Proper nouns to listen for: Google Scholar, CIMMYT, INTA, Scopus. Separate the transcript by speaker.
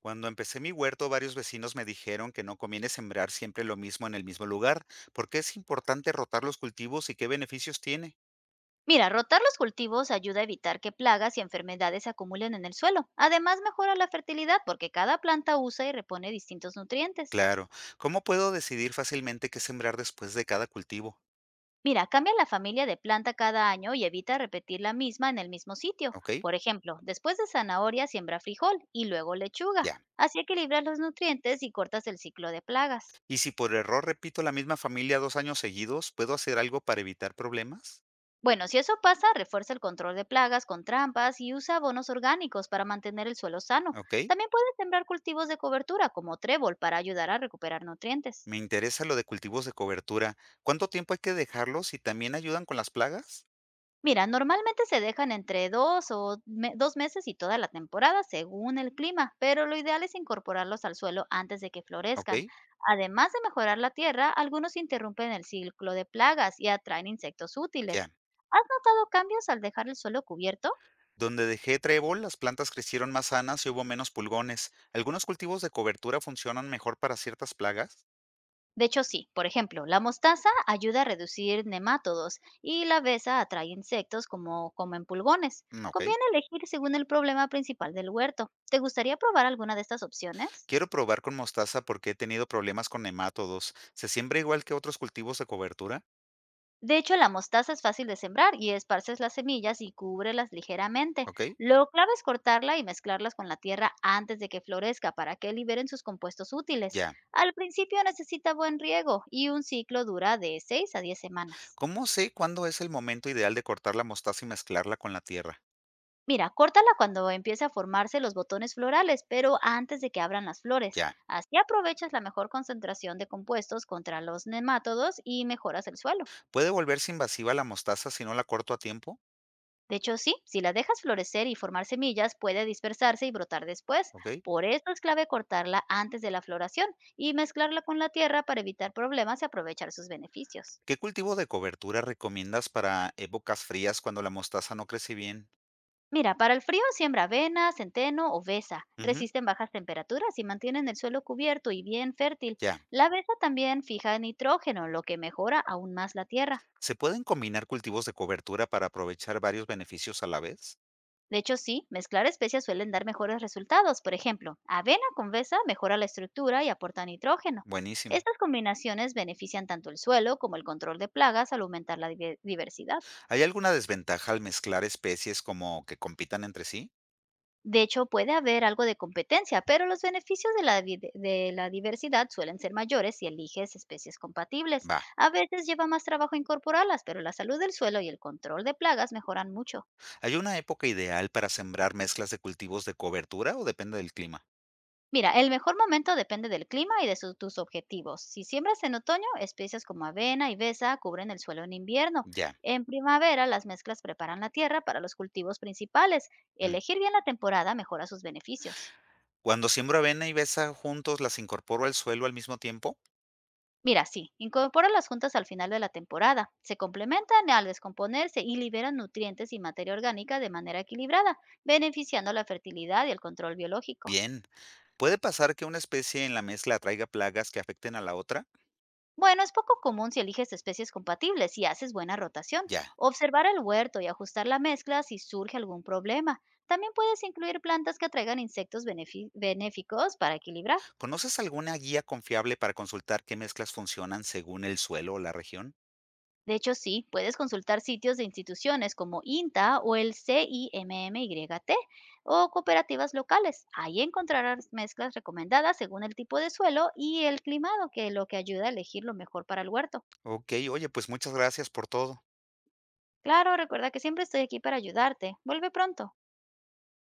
Speaker 1: Cuando empecé mi huerto, varios vecinos me dijeron que no conviene sembrar siempre lo mismo en el mismo lugar, porque es importante rotar los cultivos y qué beneficios tiene.
Speaker 2: Mira, rotar los cultivos ayuda a evitar que plagas y enfermedades se acumulen en el suelo. Además, mejora la fertilidad porque cada planta usa y repone distintos nutrientes.
Speaker 1: Claro, ¿cómo puedo decidir fácilmente qué sembrar después de cada cultivo?
Speaker 2: Mira, cambia la familia de planta cada año y evita repetir la misma en el mismo sitio.
Speaker 1: ¿Ok?
Speaker 2: Por ejemplo, después de zanahoria siembra frijol y luego lechuga.
Speaker 1: Ya.
Speaker 2: Así equilibras los nutrientes y cortas el ciclo de plagas.
Speaker 1: ¿Y si por error repito la misma familia dos años seguidos, puedo hacer algo para evitar problemas?
Speaker 2: Bueno, si eso pasa, refuerza el control de plagas con trampas y usa abonos orgánicos para mantener el suelo sano.
Speaker 1: ¿Ok?
Speaker 2: También puedes sembrar cultivos de cobertura como trébol para ayudar a recuperar nutrientes.
Speaker 1: Me interesa lo de cultivos de cobertura. ¿Cuánto tiempo hay que dejarlos y también ayudan con las plagas?
Speaker 2: Mira, normalmente se dejan entre dos meses y toda la temporada según el clima, pero lo ideal es incorporarlos al suelo antes de que
Speaker 1: ¿Ok?
Speaker 2: florezcan. Además de mejorar la tierra, algunos interrumpen el ciclo de plagas y atraen insectos útiles.
Speaker 1: Ya.
Speaker 2: ¿Has notado cambios al dejar el suelo cubierto?
Speaker 1: Donde dejé trébol, las plantas crecieron más sanas y hubo menos pulgones. ¿Algunos cultivos de cobertura funcionan mejor para ciertas plagas?
Speaker 2: De hecho, sí. Por ejemplo, la mostaza ayuda a reducir nemátodos y la besa atrae insectos como comen pulgones.
Speaker 1: Mm, Ok.
Speaker 2: Conviene elegir según el problema principal del huerto. ¿Te gustaría probar alguna de estas opciones?
Speaker 1: Quiero probar con mostaza porque he tenido problemas con nemátodos. ¿Se siembra igual que otros cultivos de cobertura?
Speaker 2: De hecho, la mostaza es fácil de sembrar y esparces las semillas y cúbrelas ligeramente.
Speaker 1: Ok.
Speaker 2: Lo clave es cortarla y mezclarlas con la tierra antes de que florezca para que liberen sus compuestos útiles.
Speaker 1: Ya.
Speaker 2: Al principio necesita buen riego y un ciclo dura de 6 a 10 semanas.
Speaker 1: ¿Cómo sé cuándo es el momento ideal de cortar la mostaza y mezclarla con la tierra?
Speaker 2: Mira, córtala cuando empiece a formarse los botones florales, pero antes de que abran las flores.
Speaker 1: Ya.
Speaker 2: Así aprovechas la mejor concentración de compuestos contra los nemátodos y mejoras el suelo.
Speaker 1: ¿Puede volverse invasiva la mostaza si no la corto a tiempo?
Speaker 2: De hecho, sí, si la dejas florecer y formar semillas, puede dispersarse y brotar después.
Speaker 1: Ok.
Speaker 2: Por eso es clave cortarla antes de la floración y mezclarla con la tierra para evitar problemas y aprovechar sus beneficios.
Speaker 1: ¿Qué cultivo de cobertura recomiendas para épocas frías cuando la mostaza no crece bien?
Speaker 2: Mira, para el frío siembra avena, centeno o besa.
Speaker 1: Ujú,
Speaker 2: Resisten bajas temperaturas y mantienen el suelo cubierto y bien fértil.
Speaker 1: Ya.
Speaker 2: La besa también fija nitrógeno, lo que mejora aún más la tierra.
Speaker 1: ¿Se pueden combinar cultivos de cobertura para aprovechar varios beneficios a la vez?
Speaker 2: De hecho, sí, mezclar especies suelen dar mejores resultados. Por ejemplo, avena con besa mejora la estructura y aporta nitrógeno.
Speaker 1: Buenísimo.
Speaker 2: Estas combinaciones benefician tanto el suelo como el control de plagas al aumentar la diversidad.
Speaker 1: ¿Hay alguna desventaja al mezclar especies como que compitan entre sí?
Speaker 2: De hecho, puede haber algo de competencia, pero los beneficios de de la diversidad suelen ser mayores si eliges especies compatibles.
Speaker 1: Va.
Speaker 2: A veces lleva más trabajo incorporarlas, pero la salud del suelo y el control de plagas mejoran mucho.
Speaker 1: ¿Hay una época ideal para sembrar mezclas de cultivos de cobertura o depende del clima?
Speaker 2: Mira, el mejor momento depende del clima y de tus objetivos. Si siembras en otoño, especies como avena y besa cubren el suelo en invierno.
Speaker 1: Ya.
Speaker 2: En primavera, las mezclas preparan la tierra para los cultivos principales.
Speaker 1: Mm.
Speaker 2: Elegir bien la temporada mejora sus beneficios.
Speaker 1: Cuando siembro avena y besa juntos, ¿las incorporo al suelo al mismo tiempo?
Speaker 2: Mira, sí, incorpora las juntas al final de la temporada. Se complementan al descomponerse y liberan nutrientes y materia orgánica de manera equilibrada, beneficiando la fertilidad y el control biológico.
Speaker 1: Bien. ¿Puede pasar que una especie en la mezcla atraiga plagas que afecten a la otra?
Speaker 2: Bueno, es poco común si eliges especies compatibles y haces buena rotación.
Speaker 1: Ya.
Speaker 2: Observar el huerto y ajustar la mezcla si surge algún problema. También puedes incluir plantas que atraigan insectos benéficos para equilibrar.
Speaker 1: ¿Conoces alguna guía confiable para consultar qué mezclas funcionan según el suelo o la región?
Speaker 2: De hecho, sí, puedes consultar sitios de instituciones como INTA o el CIMMYT o cooperativas locales. Ahí encontrarás mezclas recomendadas según el tipo de suelo y el climado, que lo que ayuda a elegir lo mejor para el huerto.
Speaker 1: Okey, oye, pues muchas gracias por todo.
Speaker 2: Claro, recuerda que siempre estoy aquí para ayudarte. Vuelve pronto.